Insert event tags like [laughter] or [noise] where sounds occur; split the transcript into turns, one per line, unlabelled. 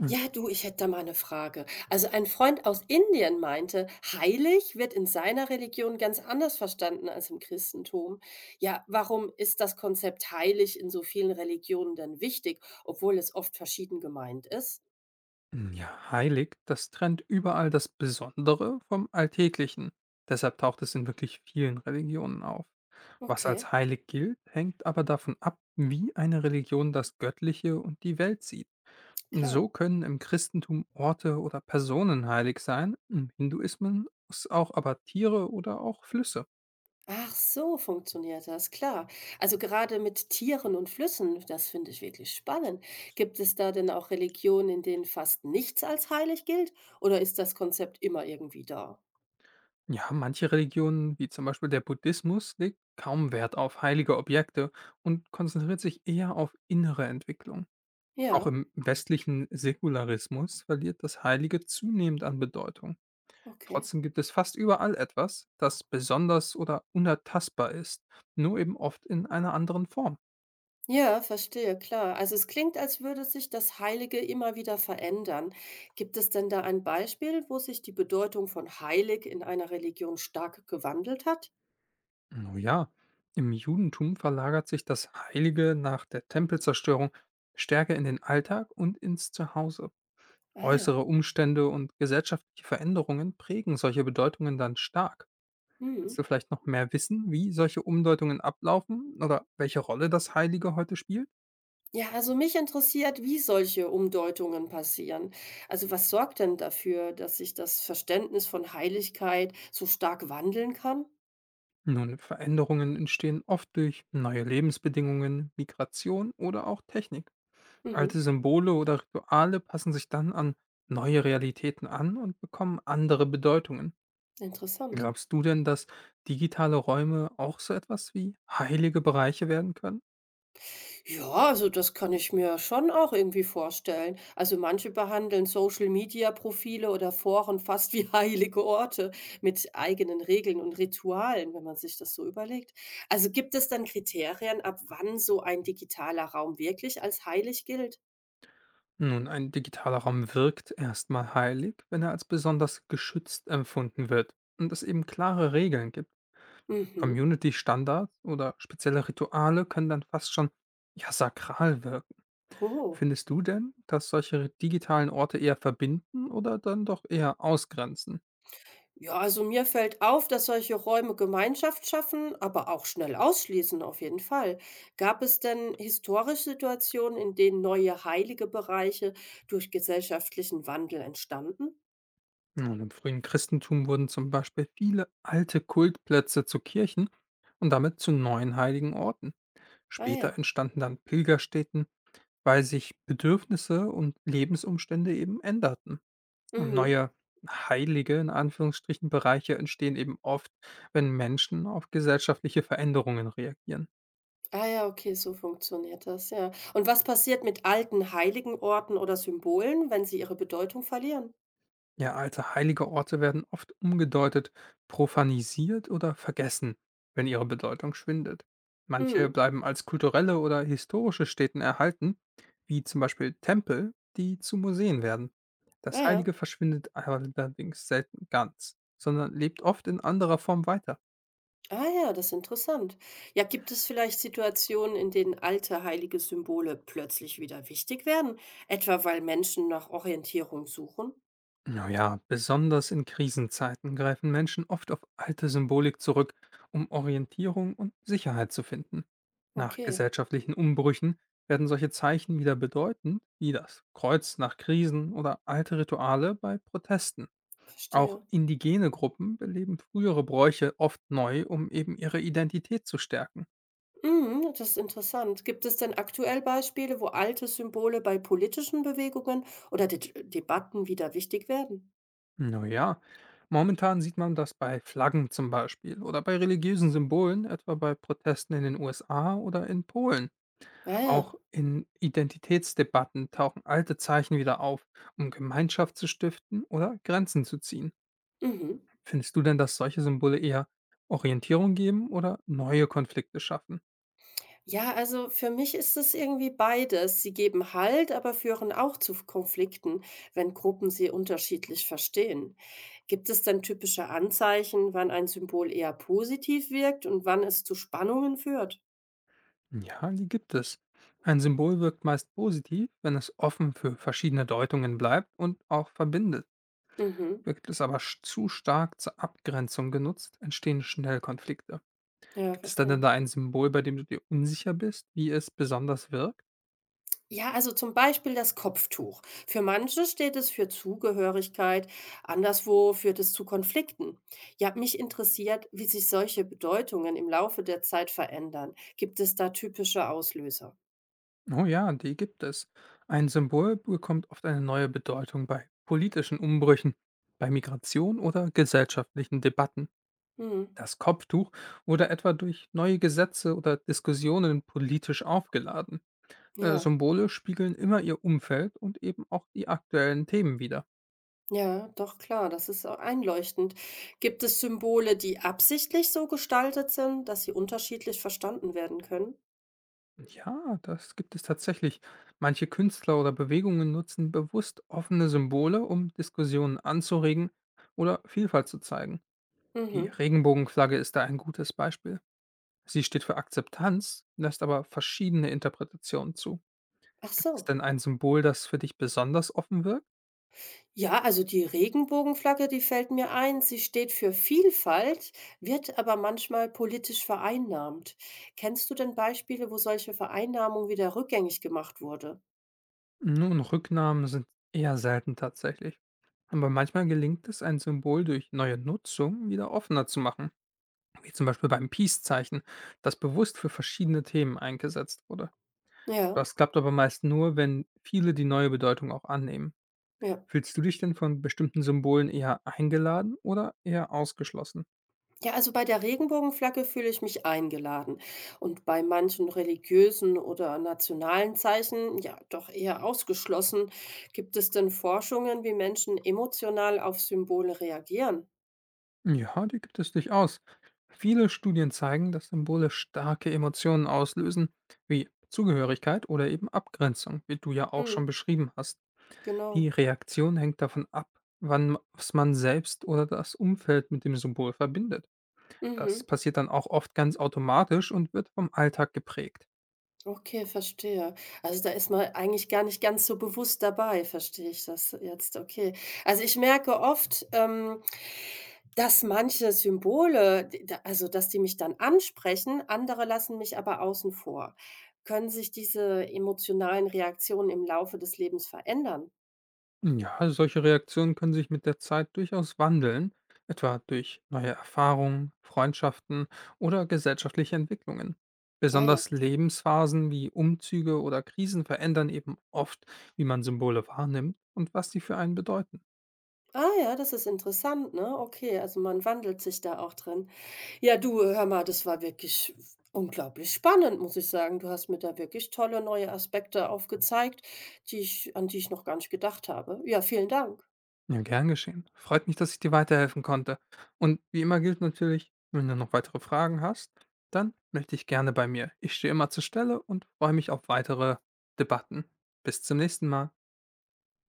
Mm,
Ja, du, ich hätte da mal eine Frage. Also ein Freund aus Indien meinte, heilig wird in seiner Religion ganz anders verstanden als im Christentum. Ja, warum ist das Konzept heilig in so vielen Religionen denn wichtig, obwohl es oft verschieden gemeint ist?
Ja, heilig, das trennt überall das Besondere vom Alltäglichen. Deshalb taucht es in wirklich vielen Religionen auf. Was
Okay,
als heilig gilt, hängt aber davon ab, wie eine Religion das Göttliche und die Welt sieht.
klar.
So können im Christentum Orte oder Personen heilig sein, im Hinduismus auch aber Tiere oder auch Flüsse.
Ach so, funktioniert das, klar. Also gerade mit Tieren und Flüssen, das finde ich wirklich spannend. Gibt es da denn auch Religionen, in denen fast nichts als heilig gilt, oder ist das Konzept immer irgendwie da?
Ja, manche Religionen, wie zum Beispiel der Buddhismus, legt kaum Wert auf heilige Objekte und konzentriert sich eher auf innere Entwicklung. Auch
Ja,
im westlichen Säkularismus verliert das Heilige zunehmend an Bedeutung.
okay.
Trotzdem gibt es fast überall etwas, das besonders oder unertastbar ist, nur eben oft in einer anderen Form.
Ja, verstehe, klar. Also es klingt, als würde sich das Heilige immer wieder verändern. Gibt es denn da ein Beispiel, wo sich die Bedeutung von heilig in einer Religion stark gewandelt hat?
Nun ja, im Judentum verlagert sich das Heilige nach der Tempelzerstörung stärker in den Alltag und ins Zuhause.
Ah ja.
Äußere Umstände und gesellschaftliche Veränderungen prägen solche Bedeutungen dann stark.
Mhm.
Willst du vielleicht noch mehr wissen, wie solche Umdeutungen ablaufen oder welche Rolle das Heilige heute spielt?
Ja, also mich interessiert, wie solche Umdeutungen passieren. Also was sorgt denn dafür, dass sich das Verständnis von Heiligkeit so stark wandeln kann?
Nun, Veränderungen entstehen oft durch neue Lebensbedingungen, Migration oder auch Technik.
Mhm.
Alte Symbole oder Rituale passen sich dann an neue Realitäten an und bekommen andere Bedeutungen.
Interessant.
Glaubst du denn, dass digitale Räume auch so etwas wie heilige Bereiche werden können?
Ja, also das kann ich mir schon auch irgendwie vorstellen. Also manche behandeln Social-Media-Profile oder Foren fast wie [laughs] heilige Orte mit eigenen Regeln und Ritualen, wenn man sich das so überlegt. Also gibt es dann Kriterien, ab wann so ein digitaler Raum wirklich als heilig gilt?
Nun, ein digitaler Raum wirkt erstmal heilig, wenn er als besonders geschützt empfunden wird und es eben klare Regeln gibt.
Mhm.
Community-Standards oder spezielle Rituale können dann fast schon, ja, sakral wirken.
Oh.
Findest du denn, dass solche digitalen Orte eher verbinden oder dann doch eher ausgrenzen?
Ja, also mir fällt auf, dass solche Räume Gemeinschaft schaffen, aber auch schnell ausschließen, auf jeden Fall. Gab es denn historische Situationen, in denen neue heilige Bereiche durch gesellschaftlichen Wandel entstanden?
Nun, im frühen Christentum wurden zum Beispiel viele alte Kultplätze zu Kirchen und damit zu neuen heiligen Orten.
Ah
Später
ja.
entstanden dann Pilgerstätten, weil sich Bedürfnisse und Lebensumstände eben änderten. Und
Mhm.
neue heilige, in Anführungsstrichen, Bereiche entstehen eben oft, wenn Menschen auf gesellschaftliche Veränderungen reagieren.
Ah ja, okay, so funktioniert das, ja. Und was passiert mit alten heiligen Orten oder Symbolen, wenn sie ihre Bedeutung verlieren?
Ja, alte heilige Orte werden oft umgedeutet, profanisiert oder vergessen, wenn ihre Bedeutung schwindet. Manche
Mhm.
bleiben als kulturelle oder historische Stätten erhalten, wie zum Beispiel Tempel, die zu Museen werden. Das
Ah ja.
Heilige verschwindet allerdings selten ganz, sondern lebt oft in anderer Form weiter.
Ah ja, das ist interessant. Ja, gibt es vielleicht Situationen, in denen alte heilige Symbole plötzlich wieder wichtig werden, etwa weil Menschen nach Orientierung suchen?
Naja, besonders in Krisenzeiten greifen Menschen oft auf alte Symbolik zurück, um Orientierung und Sicherheit zu finden. Nach
Okay,
gesellschaftlichen Umbrüchen werden solche Zeichen wieder bedeutend, wie das Kreuz nach Krisen oder alte Rituale bei Protesten. Auch
verstehe.
indigene Gruppen beleben frühere Bräuche oft neu, um eben ihre Identität zu stärken.
Mhm, das ist interessant. Gibt es denn aktuell Beispiele, wo alte Symbole bei politischen Bewegungen oder De Debatten wieder wichtig werden?
Naja, momentan sieht man das bei Flaggen zum Beispiel oder bei religiösen Symbolen, etwa bei Protesten in den USA oder in Polen.
Ja,
Auch
ja.
in Identitätsdebatten tauchen alte Zeichen wieder auf, um Gemeinschaft zu stiften oder Grenzen zu ziehen.
Mhm.
Findest du denn, dass solche Symbole eher Orientierung geben oder neue Konflikte schaffen?
Ja, also für mich ist es irgendwie beides. Sie geben Halt, aber führen auch zu Konflikten, wenn Gruppen sie unterschiedlich verstehen. Gibt es denn typische Anzeichen, wann ein Symbol eher positiv wirkt und wann es zu Spannungen führt?
Ja, die gibt es. Ein Symbol wirkt meist positiv, wenn es offen für verschiedene Deutungen bleibt und auch verbindet.
Mhm.
Wird es aber zu stark zur Abgrenzung genutzt, entstehen schnell Konflikte.
Ja,
Gibt es da denn
verstehe.
da ein Symbol, bei dem du dir unsicher bist, wie es besonders wirkt?
Ja, also zum Beispiel das Kopftuch. Für manche steht es für Zugehörigkeit, anderswo führt es zu Konflikten. Ja, mich interessiert, wie sich solche Bedeutungen im Laufe der Zeit verändern. Gibt es da typische Auslöser?
Oh ja, die gibt es. Ein Symbol bekommt oft eine neue Bedeutung bei politischen Umbrüchen, bei Migration oder gesellschaftlichen Debatten.
Mhm.
Das Kopftuch wurde etwa durch neue Gesetze oder Diskussionen politisch aufgeladen.
Ja.
Symbole spiegeln immer ihr Umfeld und eben auch die aktuellen Themen wider.
Ja, doch klar, das ist auch einleuchtend. Gibt es Symbole, die absichtlich so gestaltet sind, dass sie unterschiedlich verstanden werden können?
Ja, das gibt es tatsächlich. Manche Künstler oder Bewegungen nutzen bewusst offene Symbole, um Diskussionen anzuregen oder Vielfalt zu zeigen. Die
Mhm.
Regenbogenflagge ist da ein gutes Beispiel. Sie steht für Akzeptanz, lässt aber verschiedene Interpretationen zu.
Ach
Gibt es
so.
denn ein Symbol, das für dich besonders offen wirkt?
Ja, also die Regenbogenflagge, die fällt mir ein. Sie steht für Vielfalt, wird aber manchmal politisch vereinnahmt. Kennst du denn Beispiele, wo solche Vereinnahmung wieder rückgängig gemacht wurde?
Nun, Rücknahmen sind eher selten tatsächlich. Aber manchmal gelingt es, ein Symbol durch neue Nutzung wieder offener zu machen. Wie zum Beispiel beim Peace-Zeichen, das bewusst für verschiedene Themen eingesetzt wurde.
Ja,
Das klappt aber meist nur, wenn viele die neue Bedeutung auch annehmen.
ja.
Fühlst du dich denn von bestimmten Symbolen eher eingeladen oder eher ausgeschlossen?
Ja, also bei der Regenbogenflagge fühle ich mich eingeladen und bei manchen religiösen oder nationalen Zeichen, ja, doch eher ausgeschlossen. Gibt es denn Forschungen, wie Menschen emotional auf Symbole reagieren?
Ja, die gibt es durchaus. Viele Studien zeigen, dass Symbole starke Emotionen auslösen, wie Zugehörigkeit oder eben Abgrenzung, wie du ja auch
Mhm,
schon beschrieben hast. Die
genau.
Reaktion hängt davon ab, wann was man selbst oder das Umfeld mit dem Symbol verbindet. Das
Mhm.
passiert dann auch oft ganz automatisch und wird vom Alltag geprägt.
Okay, verstehe. Also da ist man eigentlich gar nicht ganz so bewusst dabei, verstehe ich das jetzt. Okay. Also ich merke oft, dass manche Symbole, dass die mich dann ansprechen, andere lassen mich aber außen vor. Können sich diese emotionalen Reaktionen im Laufe des Lebens verändern?
Ja, also solche Reaktionen können sich mit der Zeit durchaus wandeln, etwa durch neue Erfahrungen, Freundschaften oder gesellschaftliche Entwicklungen.
Ah ja.
Besonders Lebensphasen wie Umzüge oder Krisen verändern eben oft, wie man Symbole wahrnimmt und was sie für einen bedeuten.
Ah ja, das ist interessant, ne? Okay, also man wandelt sich da auch drin. Ja, du, hör mal, das war wirklich unglaublich spannend, muss ich sagen. Du hast mir da wirklich tolle neue Aspekte aufgezeigt, die ich an die ich noch gar nicht gedacht habe. Ja, vielen Dank.
Ja, gern geschehen. Freut mich, dass ich dir weiterhelfen konnte. Und wie immer gilt natürlich, wenn du noch weitere Fragen hast, dann melde dich gerne bei mir. Ich stehe immer zur Stelle und freue mich auf weitere Debatten. Bis zum nächsten Mal.